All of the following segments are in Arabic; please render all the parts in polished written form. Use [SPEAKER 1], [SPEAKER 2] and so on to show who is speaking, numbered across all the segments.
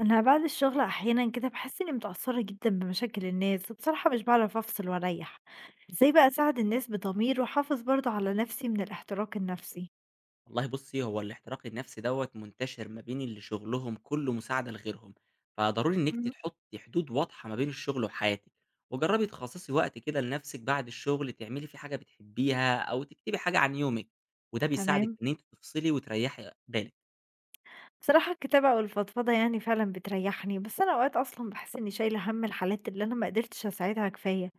[SPEAKER 1] أنا بعد الشغل أحيانا كده بحس إني متأثرة جدا بمشاكل الناس، وبصراحة مش بعرف أفصل وأريح. إزاي بقى أساعد الناس بضمير وأحافظ برضه على نفسي من الاحتراق النفسي؟
[SPEAKER 2] والله بُصّي، هو الاحتراق النفسي دوّة منتشر ما بين اللي شغلهم كُلّه مساعدة لغيرهم، فضروري إنِّك
[SPEAKER 1] مم.
[SPEAKER 2] تحطّي حدود واضحة ما بين الشغل وحياتِك، وجرّبي تخصّصي وقت كده لنفسِك بعد الشغل تعملي فيه حاجة بتحبيها أو تكتبي حاجة عن يومِك، وده بيساعدِك
[SPEAKER 1] تمام.
[SPEAKER 2] إن أنتِ تفصلي وتريّحي بالِك.
[SPEAKER 1] بصراحة الكتابة والفضفضة يعني فعلا بتريحني، بس أنا أوقات أصلا بحس إني شايلة هم الحالات اللي أنا مقدرتش أساعدها كفاية.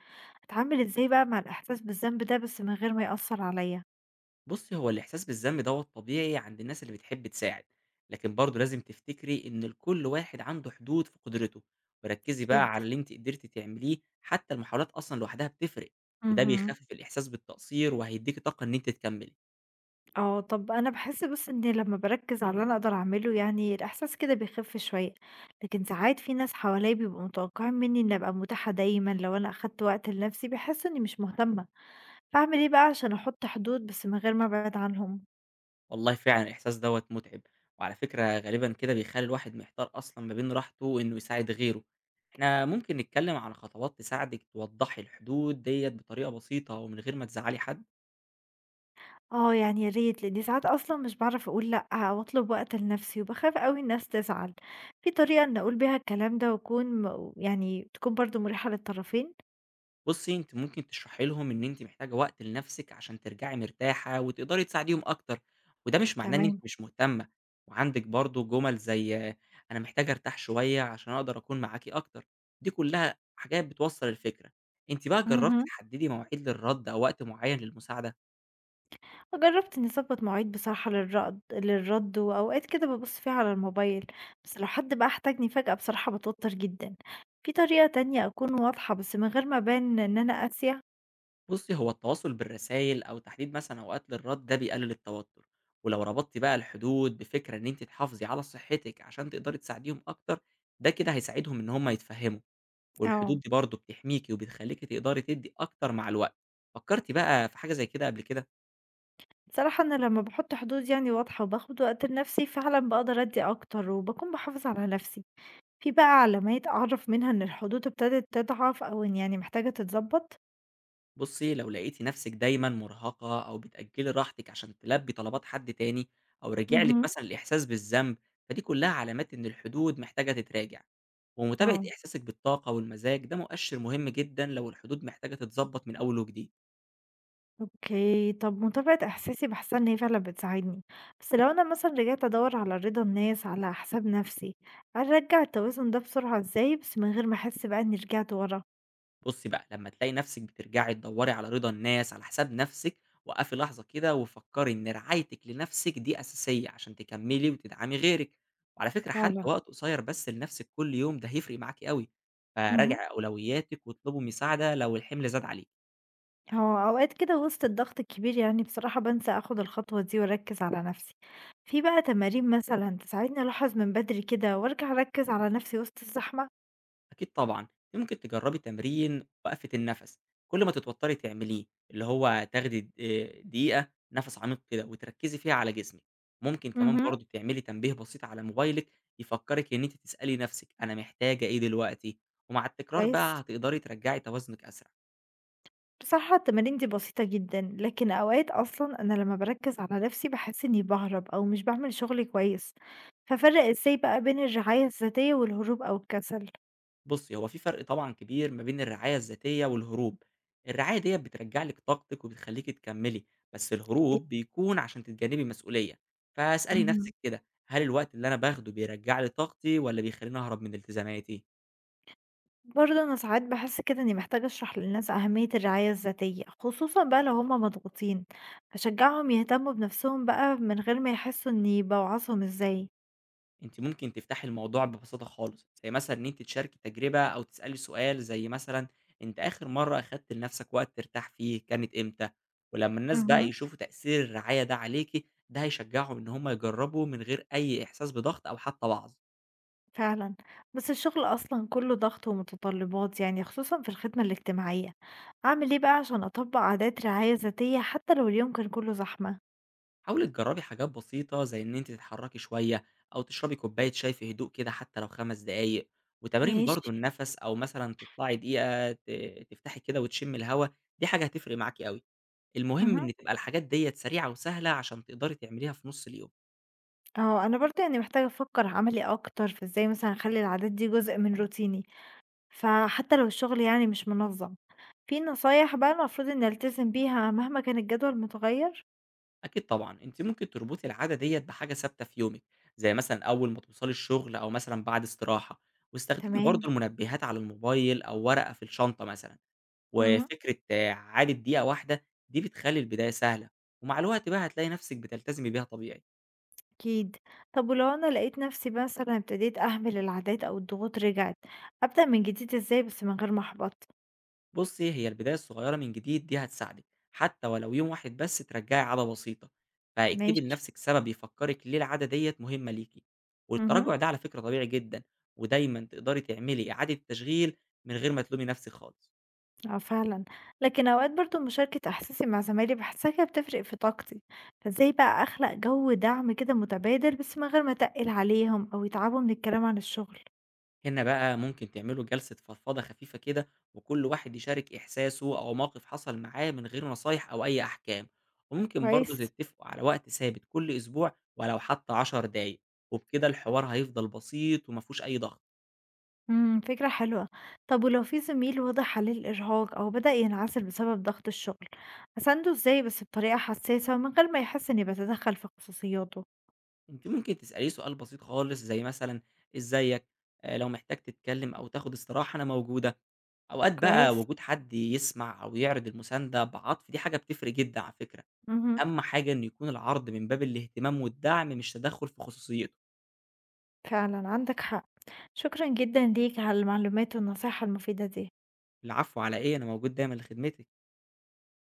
[SPEAKER 1] أتعامل إزاي بقى مع الإحساس بالذنب ده بس من غير ما يأثر عليا؟
[SPEAKER 2] بُصّي، هو الإحساس بالذنب دوّة طبيعي عند الناس اللي بتحب تساعد، لكن برضه لازم تفتكري إن لكل واحد عنده حدود في قدرته، وركّزي بقى
[SPEAKER 1] أكيد
[SPEAKER 2] على اللي أنتِ قدرتِ تعمليه، حتى المحاولات أصلًا لوحدها بتفرق، وده
[SPEAKER 1] مهم.
[SPEAKER 2] بيخفف الإحساس بالتقصير وهيدّيكِ طاقة إن أنتِ تكمّلي.
[SPEAKER 1] آه، طب أنا باحس بس إني لمّا باركّز على اللي أنا أقدر أعمله يعني الإحساس كده بيخف شوية، لكن ساعات في ناس حواليّا بيبقوا متوقعين مني إني أبقى متاحة دايمًا، لو أنا أخدت وقت لنفسي بيحسوا إني مش مهتمة، فاعمل إيه بقى عشان أحط حدود بس من غير ما أبعد عنهم؟
[SPEAKER 2] والله فعلًا الإحساس دوّة مُتعب، وعلى فكرة غالبًا كده بيخلّي الواحد محتار أصلًا ما بين راحته وإنه يساعد غيره. إحنا ممكن نتكلّم على خطوات تساعدِك توضّحي الحدود ديّة بطريقة بسيطة ومن غير ما تزعّلي حد.
[SPEAKER 1] آه، يعني يا ريت، لإني ساعات أصلًا مش باعرف أقول لأ أو أطلب وقت لنفسي وباخاف أوي الناس تزعل، في طريقة إني أقول بيها الكلام ده وأكون م يعني تكون برضه مُريحة للطرفين؟
[SPEAKER 2] بُصّي، أنتِ ممكن تشرحي لهم إن أنتِ محتاجة وقت لنفسِك عشان ترجعي مرتاحة وتقدري تساعديهم أكتر، وده مش معناه إن أنتِ
[SPEAKER 1] تمام.
[SPEAKER 2] مش مهتمة، وعندِك برضه جُمل زي آه، أنا محتاجة أرتاح شوية عشان أقدر أكون معاكِ أكتر، دي كلها حاجات بتوصّل الفكرة. أنتِ بقى جرّبتِ
[SPEAKER 1] اهم.
[SPEAKER 2] تحددي مواعيد للرد أو وقت معيّن للمساعدة؟
[SPEAKER 1] جرّبت إنّي أضبّط مواعيد بصراحة للرَد، وأوقات كده بابُص فيها على الموبايل، بس لو حد بقى احتاجني فجأة بصراحة باتوتّر جدًا. في طريقة تانية أكون واضحة بس من غير ما أبان إن أنا قاسية؟
[SPEAKER 2] بُصّي، هو التواصل بالرسايل أو تحديد مثلًا أوقات للرد ده بيقلل التوتر، ولو ربطتِ بقى الحدود بفكرة إن أنتِ تحافظي على صحتِك عشان تقدري تساعديهم أكتر، ده كده هيساعدهم إن هم يتفهموا. والحدود
[SPEAKER 1] آه،
[SPEAKER 2] دي برضه بتحميكِ وبتخلّيكِ تقدري تدّي أكتر مع الوقت. فكرتِ بقى في حاجة زي كده قبل كده؟
[SPEAKER 1] بصراحة أنا لمّا باحُط حدود يعني واضحة وباخد وقت لنَفْسي فعلًا باقدر أدّي أكتر وباكون باحافظ على نَفْسي. في بقى علامات أعرف منها إن الحدود ابتدت تضعف أو إن يعني محتاجة تتضبّط؟
[SPEAKER 2] بُصي، لو لقيتِ نفسِك دايمًا مرهقة أو بتأجّلي راحتِك عشان تلبّي طلبات حد تاني أو رجع لِك
[SPEAKER 1] اهم،
[SPEAKER 2] مثلًا الإحساس بالذنب، فدي كلها علامات إن الحدود محتاجة تتراجع. ومتابعة
[SPEAKER 1] آه.
[SPEAKER 2] إحساسِك بالطاقة والمزاج ده مؤشر مهم جدًا لو الحدود محتاجة تتضبط من أول وجديد.
[SPEAKER 1] أوكي، طب متابعة إحساسي باحسها إن هي فعلًا بتساعدني، بس لو أنا مثلًا رجعت أدوّر على رضا الناس على حساب نفسي، أرجّع التوازن ده بسرعة إزاي بس من غير ما أحس بقى إني رجعت ورا؟
[SPEAKER 2] بُصّي بقى، لمّا تلاقي نَفْسِك بترجعي تدوّري على رضا الناس على حساب نَفْسِك، وقفي لحظة كده وفكّري إن رعايتِك لنَفْسِك دي أساسية عشان تكمّلي وتدعمي غيرِك، وعلى فكرة حتّى
[SPEAKER 1] فعلًا.
[SPEAKER 2] وقت قصيّر بس لنَفْسِك كل يوم ده هيفرق معاكِ أوي،
[SPEAKER 1] اهم،
[SPEAKER 2] فراجعي أولوياتِك واطلبي مساعدة لو الحِمل زاد عليكِ.
[SPEAKER 1] هو أوقات كده وسط الضغط الكبير يعني بصراحة بانسى آخد الخطوة دي وأركّز على نفسي، في بقى تمارين مثلًا تساعدني ألاحظ من بدري كده وأرجع أركّز على نفسي وسط الزحمة؟
[SPEAKER 2] أكيد طبعًا، يمكن تجرّبي تمرين وقفة النَفَس، كل ما تتوتّري تعمليه، اللي هو تاخدي د إيه، دقيقة نَفَس عميق كده وتركّزي فيها على جسمِك، ممكن كمان
[SPEAKER 1] اهم،
[SPEAKER 2] برضه تعملي تنبيه بسيط على موبايلِك يفكّرِك إن أنتِ تسألي نَفْسِك أنا محتاجة إيه دلوقتي، ومع التكرار
[SPEAKER 1] كويس.
[SPEAKER 2] بقى هتقدري ترجّعي توازنِك أسرع.
[SPEAKER 1] بصراحة التمارين دي بسيطة جدًا، لكن أوقات أصلًا أنا لمّا باركّز على نَفْسي باحس إنّي باهرب أو مش باعمل شغلي كويس، فافرّق إزاي بقى بين الرعاية الذاتية والهروب أو الكسل؟
[SPEAKER 2] بُصّي، هو في فرق طبعًا كبير ما بين الرعاية الذاتية والهروب. الرعاية ديّة بترجّع لِك طاقتِك وبتخلّيكِ تكمّلي، بس الهروب بيكون عشان تتجنّبي مسؤولية. فاسألي
[SPEAKER 1] اهم.
[SPEAKER 2] نَفْسِك كده، هل الوقت اللي أنا باخده بيرجّع لي طاقتي والّا بيخلّيني أهرب من التزاماتي؟
[SPEAKER 1] برضه أنا ساعات باحس كده إنّي محتاجة أشرح للناس أهمية الرعاية الذاتية، خصوصًا بقى لو هم مضغوطين، أشجّعهم يهتموا بنَفْسهم بقى من غير ما يحسّوا إنّي باوعظهم إزاي.
[SPEAKER 2] أنتِ ممكن تفتحي الموضوع ببساطة خالص، زي مثلًا إن أنتِ تشاركي تجربة أو تسألي سؤال زي مثلًا أنت آخر مرة أخدت لنفسك وقت ترتاح فيه كانت إمتى؟ ولمّا الناس بقى
[SPEAKER 1] اهم.
[SPEAKER 2] يشوفوا تأثير الرعاية ده عليكِ، ده هيشجعهم إن هم يجربوا من غير أي إحساس بضغط أو حتى وعظ.
[SPEAKER 1] فعلًا، بس الشغل أصلًا كُلّه ضغط ومتطلبات يعني خصوصًا في الخدمة الاجتماعية، أعمل إيه بقى عشان أطبّق عادات رعاية ذاتية حتى لو اليوم كان كُلّه زحمة؟
[SPEAKER 2] حاولي تجربي حاجات بسيطة زي إن أنتِ تتحركي شوية أو تشربي كوباية شاي في هدوء كده حتى لو 5 دقايق، وتمارين برضه
[SPEAKER 1] ماشي.
[SPEAKER 2] النفس أو مثلًا تطلعي دقيقة تفتحي كده وتشمي الهوا، دي حاجة هتفرق معاكِ أوي. المهم
[SPEAKER 1] اهم،
[SPEAKER 2] إن تبقى الحاجات ديّة سريعة وسهلة عشان تقدري تعمليها في نُص اليوم.
[SPEAKER 1] آه، أنا برضه يعني محتاجة أفكّر عملي أكتر في إزاي مثلًا أخلّي العادات دي جزء من روتيني، فحتى لو الشغل يعني مش منظّم، في نصايح بقى المفروض إني ألتزم بيها مهما كان الجدول متغيّر؟
[SPEAKER 2] أكيد طبعًا، أنتِ ممكن تربطي العادة ديّة بحاجة ثابتة في يومِك، زي مثلًا أول ما توصلي الشغل أو مثلًا بعد استراحة، واستخدمي برضه
[SPEAKER 1] تمام.
[SPEAKER 2] المنبهات على الموبايل أو ورقة في الشنطة مثلًا،
[SPEAKER 1] اهم.
[SPEAKER 2] وفكرة آه، عادة دقيقة واحدة دي بتخلّي البداية سهلة، ومع الوقت بقى هتلاقي نفسِك بتلتزمي بيها طبيعي.
[SPEAKER 1] أكيد. طب ولو أنا لقيت نفسي مثلا ابتديت أهمل العادات أو الضغوط رجعت، أبدأ من جديد إزاي بس من غير ما أحبط؟
[SPEAKER 2] بُصّي، هي البداية الصغيّرة من جديد دي هتساعدِك، حتى ولو يوم واحد بس ترجّعي عادة بسيطة، فاكتبي
[SPEAKER 1] ماشي.
[SPEAKER 2] لنفسِك سبب يفكّرِك ليه العادة ديّة مهمة ليكِ،
[SPEAKER 1] امم.
[SPEAKER 2] والتراجع ده على فكرة طبيعي جدًا، ودايمًا تقدري تعملي إعادة تشغيل من غير ما تلومي نفسِك خالص.
[SPEAKER 1] اه فعلا. لكن أوقات برضو مشاركة إحساسي مع زمايلي بحسها كده بتفرق في طاقتي، فإزاي بقى أخلق جو دعم كده متبادل بس من غير ما أتقل عليهم أو يتعبوا من الكلام عن الشغل؟
[SPEAKER 2] هنا بقى ممكن تعملوا جلسة فضفضة خفيفة كده، وكل واحد يشارك إحساسه أو موقف حصل معاه من غير نصايح أو أي أحكام، وممكن برضه
[SPEAKER 1] كويس.
[SPEAKER 2] تتفقوا على وقت ثابت كل أسبوع ولو حتى 10 دقايق، وبكده الحوار هيفضل بسيط وما فيهوش أي ضغط.
[SPEAKER 1] إمم، فكرة حلوة. طب ولو في زميل واضح عليه الإرهاق أو بدأ ينعزل بسبب ضغط الشغل، أسانده إزاي بس بطريقة حسّاسة ومن غير ما يحس إني باتدخل في خصوصياته؟
[SPEAKER 2] أنتِ ممكن تسأليه سؤال بسيط خالص زي مثلًا إزيك، لو محتاج تتكلم أو تاخد استراحة أنا موجودة، أوقات بقى
[SPEAKER 1] كويس.
[SPEAKER 2] وجود حد يسمع أو يعرض المساندة بعطف دي حاجة بتفرق جدًا على فكرة،
[SPEAKER 1] اهم،
[SPEAKER 2] أهم حاجة إنه يكون العرض من باب الاهتمام والدعم مش تدخُّل في خصوصيته.
[SPEAKER 1] فعلًا عندك حق. شكرًا جدًا ليك على المعلومات والنصايح المفيدة دي.
[SPEAKER 2] العفو على إيه، أنا موجود دايمًا لخدمتِك.